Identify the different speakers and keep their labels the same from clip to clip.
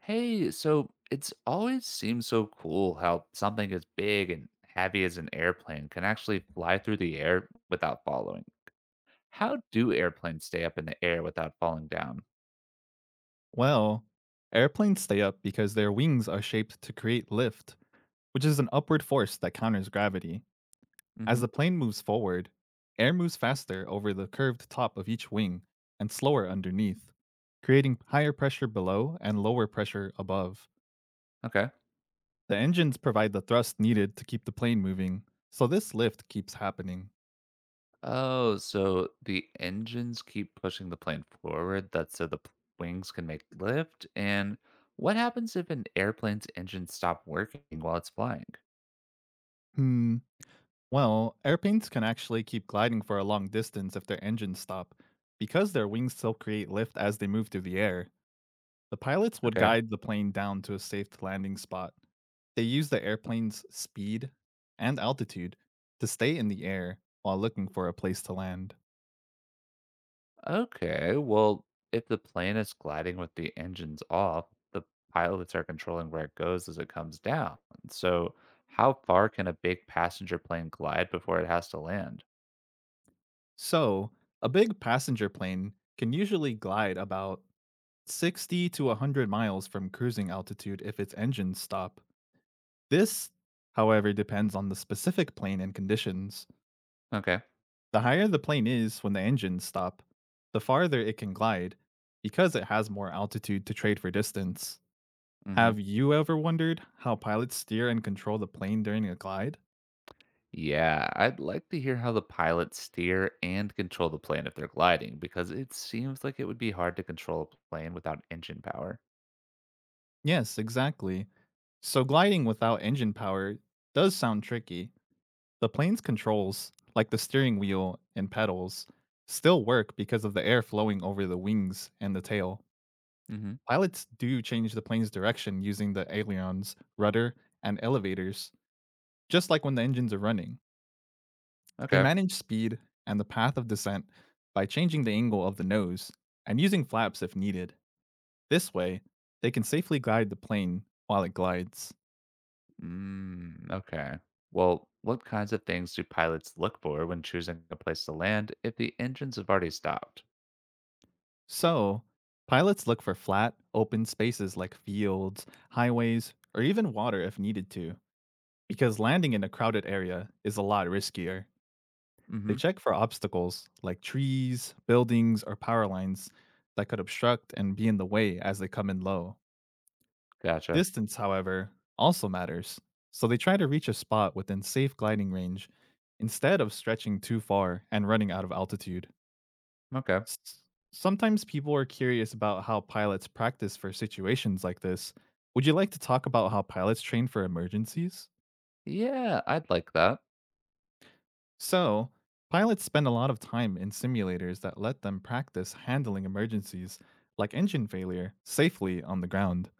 Speaker 1: Hey, so it's always seemed so cool how something as big and heavy as an airplane can actually fly through the air without falling. How do airplanes stay up in the air without falling down?
Speaker 2: Well, airplanes stay up because their wings are shaped to create lift, which is an upward force that counters gravity. As
Speaker 1: Hmm.
Speaker 2: the plane moves forward, air moves faster over the curved top of each wing and slower underneath, creating higher pressure below and lower pressure above.
Speaker 1: Okay.
Speaker 2: The engines provide the thrust needed to keep the plane moving, so this lift keeps happening.
Speaker 1: Oh, so the engines keep pushing the plane forward. That's so the wings can make lift. And what happens if an airplane's engine stop working while it's flying?
Speaker 2: Hmm. Well, airplanes can actually keep gliding for a long distance if their engines stop, because their wings still create lift as they move through the air. The pilots would
Speaker 1: Okay.
Speaker 2: guide the plane down to a safe landing spot. They used the airplane's speed and altitude to stay in the air while looking for a place to land.
Speaker 1: Okay, well, if the plane is gliding with the engines off, the pilots are controlling where it goes as it comes down. So, how far can a big passenger plane glide before it has to land?
Speaker 2: So, a big passenger plane can usually glide about 60 to 100 miles from cruising altitude if its engines stop. This, however, depends on the specific plane and conditions.
Speaker 1: Okay.
Speaker 2: The higher the plane is when the engines stop, the farther it can glide because it has more altitude to trade for distance.
Speaker 1: Hmm.
Speaker 2: Have you ever wondered how pilots steer and control the plane during a glide?
Speaker 1: Yeah, I'd like to hear how the pilots steer and control the plane if they're gliding, because it seems like it would be hard to control a plane without engine power.
Speaker 2: Yes, exactly. So, gliding without engine power does sound tricky. The plane's controls, like the steering wheel and pedals, still work because of the air flowing over the wings and the tail.
Speaker 1: Hmm.
Speaker 2: Pilots do change the plane's direction using the ailerons, rudder, and elevators, just like when the engines are running. They
Speaker 1: Okay.
Speaker 2: manage speed and the path of descent by changing the angle of the nose and using flaps if needed. This way, they can safely guide the plane while it glides.
Speaker 1: Mm, okay. Well, what kinds of things do pilots look for when choosing a place to land if the engines have already stopped?
Speaker 2: So, pilots look for flat, open spaces like fields, highways, or even water if needed to, because landing in a crowded area is a lot riskier. They
Speaker 1: Mm-hmm.
Speaker 2: check for obstacles like trees, buildings, or power lines that could obstruct and be in the way as they come in low.
Speaker 1: Gotcha.
Speaker 2: Distance, however, also matters, so they try to reach a spot within safe gliding range instead of stretching too far and running out of altitude.
Speaker 1: Okay.
Speaker 2: S- Sometimes people are curious about how pilots practice for situations like this. Would you like to talk about how pilots train for emergencies?
Speaker 1: Yeah, I'd like that.
Speaker 2: So, pilots spend a lot of time in simulators that let them practice handling emergencies, like engine failure, safely on the ground.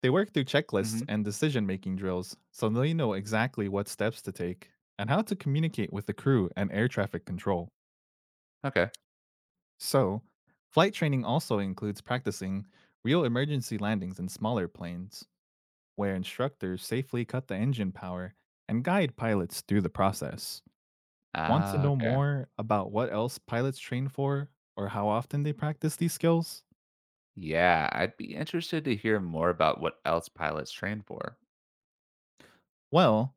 Speaker 2: They work through checklists
Speaker 1: Mm-hmm.
Speaker 2: and decision making drills so they know exactly what steps to take and how to communicate with the crew and air traffic control.
Speaker 1: Okay.
Speaker 2: So, flight training also includes practicing real emergency landings in smaller planes, where instructors safely cut the engine power and guide pilots through the process. Want to
Speaker 1: Ah,
Speaker 2: know
Speaker 1: okay.
Speaker 2: more about what else pilots train for or how often they practice these skills?
Speaker 1: Yeah, I'd be interested to hear more about what else pilots train for.
Speaker 2: Well,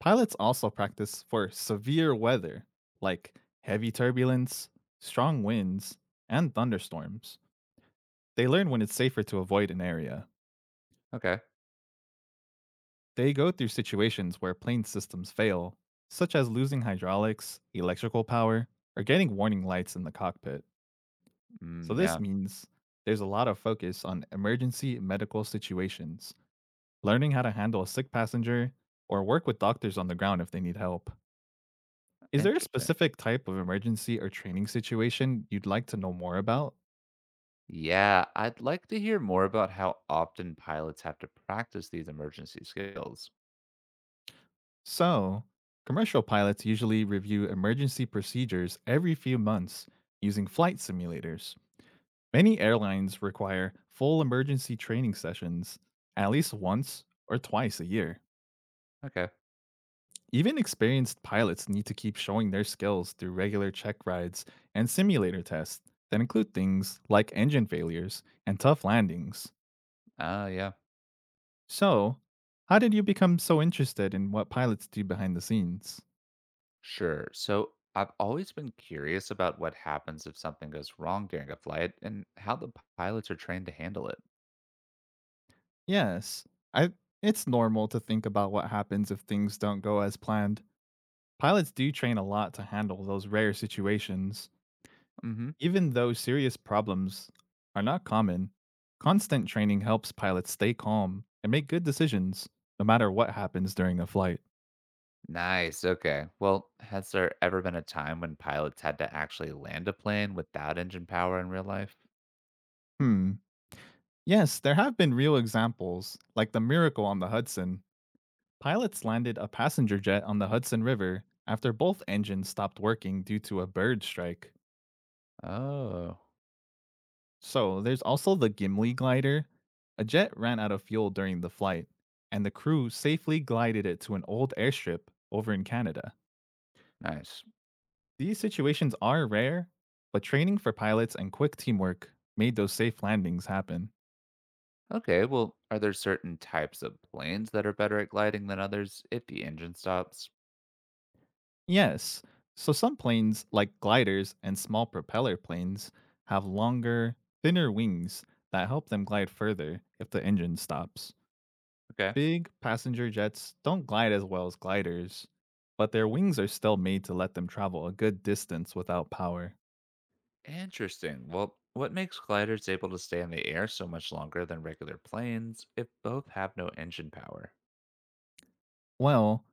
Speaker 2: pilots also practice for severe weather, like heavy turbulence, strong winds, and thunderstorms. They learn when it's safer to avoid an area.
Speaker 1: Okay.
Speaker 2: They go through situations where plane systems fail, such as losing hydraulics, electrical power, or getting warning lights in the cockpit. So,
Speaker 1: Mm,
Speaker 2: this
Speaker 1: yeah,
Speaker 2: means there's a lot of focus on emergency medical situations, learning how to handle a sick passenger, or work with doctors on the ground if they need help. Is there a
Speaker 1: interesting.
Speaker 2: specific type of emergency or training situation you'd like to know more about?
Speaker 1: Yeah, I'd like to hear more about how often pilots have to practice these emergency skills.
Speaker 2: So, commercial pilots usually review emergency procedures every few months using flight simulators. Many airlines require full emergency training sessions at least once or twice a year.
Speaker 1: Okay.
Speaker 2: Even experienced pilots need to keep showing their skills through regular check rides and simulator tests that include things like engine failures and tough landings.
Speaker 1: Ah, yeah.
Speaker 2: So, how did you become so interested in what pilots do behind the scenes?
Speaker 1: Sure. So I've always been curious about what happens if something goes wrong during a flight and how the pilots are trained to handle it.
Speaker 2: Yes, I it's normal to think about what happens if things don't go as planned. Pilots do train a lot to handle those rare situations.
Speaker 1: Hmm.
Speaker 2: Even though serious problems are not common, constant training helps pilots stay calm and make good decisions no matter what happens during a flight.
Speaker 1: Nice. Okay. Well, has there ever been a time when pilots had to actually land a plane without engine power in real life?
Speaker 2: Hmm. Yes, there have been real examples, like the miracle on the Hudson. Pilots landed a passenger jet on the Hudson River after both engines stopped working due to a bird strike.
Speaker 1: Oh,
Speaker 2: So, there's also the Gimli glider. A jet ran out of fuel during the flight, and the crew safely glided it to an old airstrip over in Canada.
Speaker 1: nice.
Speaker 2: These situations are rare, but training for pilots and quick teamwork made those safe landings happen.
Speaker 1: Okay. Well, are there certain types of planes that are better at gliding than others if the engine stops?
Speaker 2: Yes, so some planes, like gliders and small propeller planes, have longer, thinner wings that help them glide further if the engine stops.
Speaker 1: Okay.
Speaker 2: Big passenger jets don't glide as well as gliders, but their wings are still made to let them travel a good distance without power.
Speaker 1: Interesting. Well, what makes gliders able to stay in the air so much longer than regular planes if both have no engine power?
Speaker 2: Well,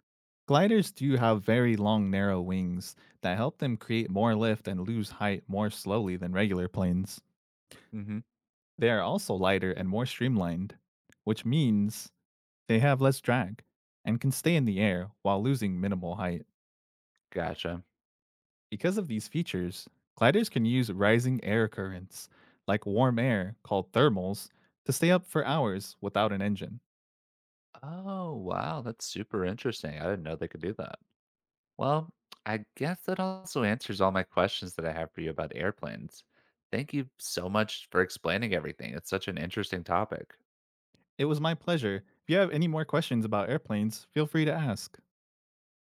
Speaker 2: gliders do have very long, narrow wings that help them create more lift and lose height more slowly than regular planes.
Speaker 1: Hmm.
Speaker 2: They are also lighter and more streamlined, which means they have less drag and can stay in the air while losing minimal height.
Speaker 1: Gotcha.
Speaker 2: Because of these features, gliders can use rising air currents, like warm air called thermals, to stay up for hours without an engine.
Speaker 1: Oh, wow. That's super interesting. I didn't know they could do that. Well, I guess that also answers all my questions that I have for you about airplanes. Thank you so much for explaining everything. It's such an interesting topic.
Speaker 2: It was my pleasure. If you have any more questions about airplanes, feel free to ask.